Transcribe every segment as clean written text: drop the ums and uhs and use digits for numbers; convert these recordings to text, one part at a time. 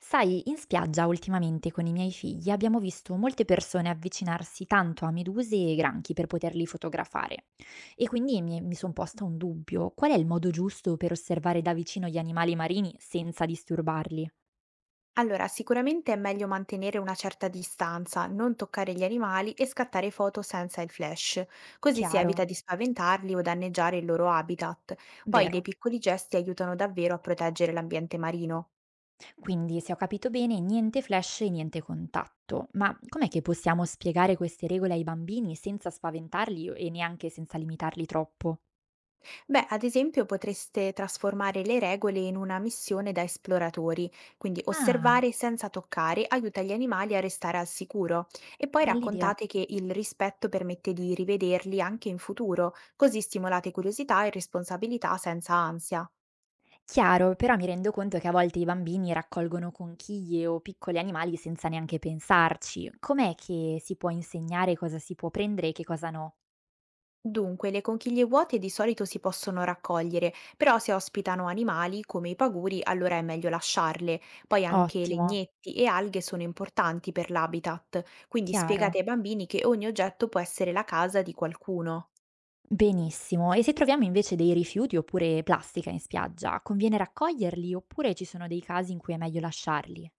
Sai, in spiaggia ultimamente con i miei figli abbiamo visto molte persone avvicinarsi tanto a meduse e granchi per poterli fotografare. E quindi mi sono posta un dubbio: qual è il modo giusto per osservare da vicino gli animali marini senza disturbarli? Allora, sicuramente è meglio mantenere una certa distanza, non toccare gli animali e scattare foto senza il flash, così si evita Chiaro, di spaventarli o danneggiare il loro habitat. Poi dei vero. piccoli gesti aiutano davvero a proteggere l'ambiente marino. Quindi, se ho capito bene, niente flash e niente contatto. Ma com'è che possiamo spiegare queste regole ai bambini senza spaventarli e neanche senza limitarli troppo? Beh, ad esempio potreste trasformare le regole in una missione da esploratori, quindi Ah, osservare senza toccare aiuta gli animali a restare al sicuro e poi bell'idea. raccontate che il rispetto permette di rivederli anche in futuro, così stimolate curiosità e responsabilità senza ansia. Chiaro, però mi rendo conto che a volte i bambini raccolgono conchiglie o piccoli animali senza neanche pensarci. Com'è che si può insegnare cosa si può prendere e che cosa no? Dunque, le conchiglie vuote di solito si possono raccogliere, però se ospitano animali come i paguri, allora è meglio lasciarle. Poi anche Ottimo, legnetti e alghe sono importanti per l'habitat, quindi chiaro. spiegate ai bambini che ogni oggetto può essere la casa di qualcuno. Benissimo. E se troviamo invece dei rifiuti oppure plastica in spiaggia, conviene raccoglierli oppure ci sono dei casi in cui è meglio lasciarli?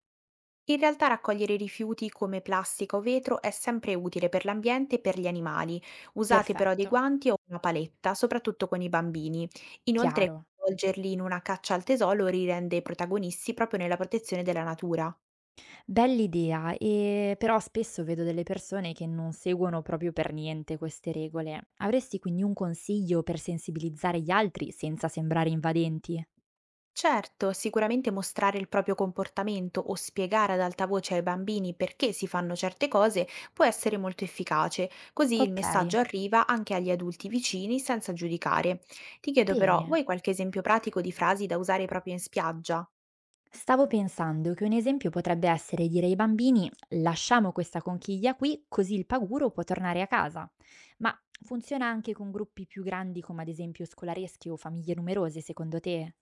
In realtà raccogliere rifiuti come plastica o vetro è sempre utile per l'ambiente e per gli animali. Usate però dei Perfetto, guanti o una paletta, soprattutto con i bambini. Inoltre, chiaro. coinvolgerli in una caccia al tesoro li rende protagonisti proprio nella protezione della natura. Bell'idea, però spesso vedo delle persone che non seguono proprio per niente queste regole. Avresti quindi un consiglio per sensibilizzare gli altri senza sembrare invadenti? Certo, sicuramente mostrare il proprio comportamento o spiegare ad alta voce ai bambini perché si fanno certe cose può essere molto efficace, così il Okay, messaggio arriva anche agli adulti vicini senza giudicare. Ti chiedo però, bene. vuoi qualche esempio pratico di frasi da usare proprio in spiaggia? Stavo pensando che un esempio potrebbe essere dire ai bambini: "Lasciamo questa conchiglia qui, così il paguro può tornare a casa". Ma funziona anche con gruppi più grandi come ad esempio scolareschi o famiglie numerose secondo te?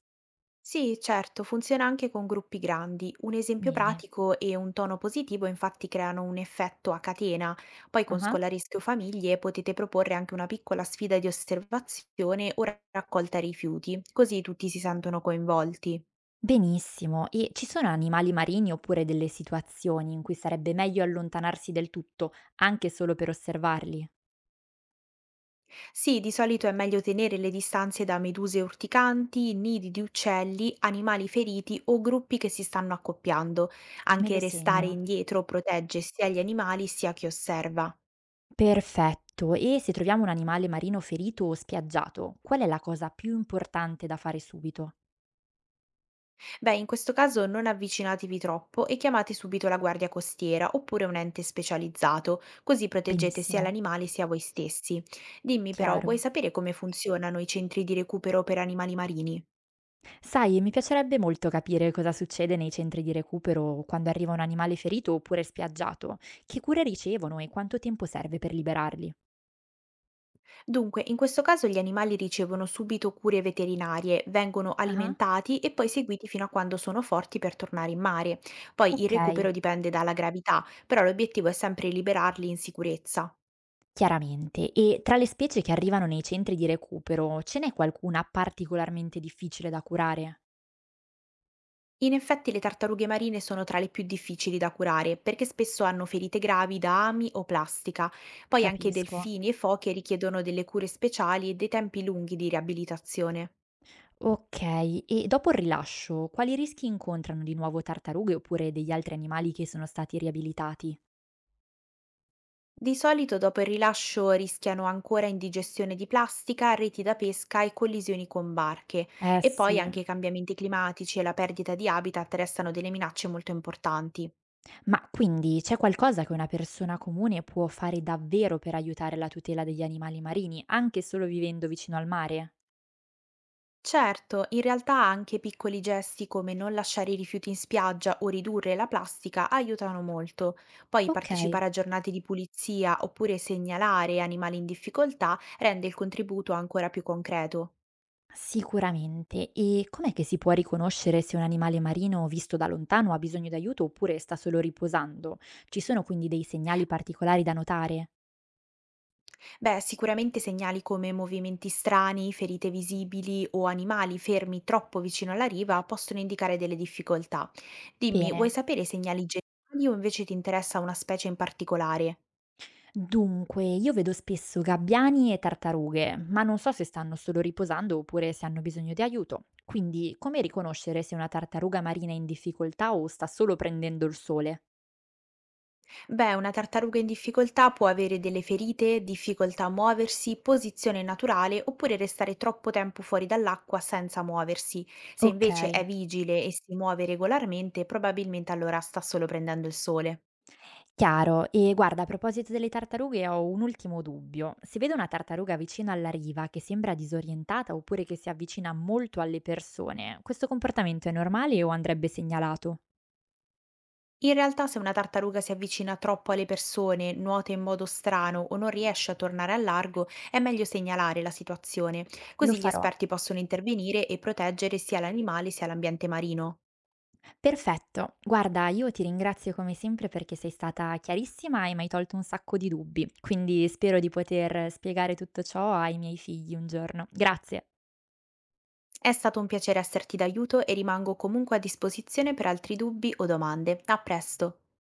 Sì, certo, funziona anche con gruppi grandi. Un esempio Bene. pratico e un tono positivo infatti creano un effetto a catena. Poi con Ah-ah. scolaresche o famiglie potete proporre anche una piccola sfida di osservazione o raccolta rifiuti, così tutti si sentono coinvolti. Benissimo. E ci sono animali marini oppure delle situazioni in cui sarebbe meglio allontanarsi del tutto, anche solo per osservarli? Sì, di solito è meglio tenere le distanze da meduse urticanti, nidi di uccelli, animali feriti o gruppi che si stanno accoppiando. Me Anche lo restare segno. indietro protegge sia gli animali sia chi osserva. Perfetto. E se troviamo un animale marino ferito o spiaggiato, qual è la cosa più importante da fare subito? Beh, in questo caso non avvicinatevi troppo e chiamate subito la guardia costiera oppure un ente specializzato, così proteggete sia Benissimo. l'animale sia voi stessi. Dimmi però, vuoi Chiaro. sapere come funzionano i centri di recupero per animali marini? Sai, mi piacerebbe molto capire cosa succede nei centri di recupero quando arriva un animale ferito oppure spiaggiato, che cure ricevono e quanto tempo serve per liberarli. Dunque, in questo caso gli animali ricevono subito cure veterinarie, vengono Ah, alimentati e poi seguiti fino a quando sono forti per tornare in mare. Poi il ok. recupero dipende dalla gravità, però l'obiettivo è sempre liberarli in sicurezza. Chiaramente. E tra le specie che arrivano nei centri di recupero, ce n'è qualcuna particolarmente difficile da curare? In effetti le tartarughe marine sono tra le più difficili da curare perché spesso hanno ferite gravi da ami o plastica. Poi anche Capisco. delfini e foche richiedono delle cure speciali e dei tempi lunghi di riabilitazione. Ok, e dopo il rilascio, quali rischi incontrano di nuovo tartarughe oppure degli altri animali che sono stati riabilitati? Di solito dopo il rilascio rischiano ancora indigestione di plastica, reti da pesca e collisioni con barche. Eh E poi sì. anche i cambiamenti climatici e la perdita di habitat restano delle minacce molto importanti. Ma quindi c'è qualcosa che una persona comune può fare davvero per aiutare la tutela degli animali marini, anche solo vivendo vicino al mare? Certo, in realtà anche piccoli gesti come non lasciare i rifiuti in spiaggia o ridurre la plastica aiutano molto. Poi Ok. partecipare a giornate di pulizia oppure segnalare animali in difficoltà rende il contributo ancora più concreto. Sicuramente. E com'è che si può riconoscere se un animale marino visto da lontano ha bisogno d'aiuto oppure sta solo riposando? Ci sono quindi dei segnali particolari da notare? Beh, sicuramente segnali come movimenti strani, ferite visibili o animali fermi troppo vicino alla riva possono indicare delle difficoltà. Dimmi, vuoi Bene. sapere i segnali generali o invece ti interessa una specie in particolare? Dunque, io vedo spesso gabbiani e tartarughe, ma non so se stanno solo riposando oppure se hanno bisogno di aiuto. Quindi, come riconoscere se una tartaruga marina è in difficoltà o sta solo prendendo il sole? Beh, una tartaruga in difficoltà può avere delle ferite, difficoltà a muoversi, posizione naturale oppure restare troppo tempo fuori dall'acqua senza muoversi. Se Ok. invece è vigile e si muove regolarmente, probabilmente allora sta solo prendendo il sole. Chiaro. E guarda, a proposito delle tartarughe ho un ultimo dubbio. Se vedo una tartaruga vicino alla riva che sembra disorientata oppure che si avvicina molto alle persone, questo comportamento è normale o andrebbe segnalato? In realtà, se una tartaruga si avvicina troppo alle persone, nuota in modo strano o non riesce a tornare al largo, è meglio segnalare la situazione, Lo così gli farò. esperti possono intervenire e proteggere sia l'animale sia l'ambiente marino. Perfetto. Guarda, io ti ringrazio come sempre perché sei stata chiarissima e mi hai tolto un sacco di dubbi, quindi spero di poter spiegare tutto ciò ai miei figli un giorno. Grazie. È stato un piacere esserti d'aiuto e rimango comunque a disposizione per altri dubbi o domande. A presto!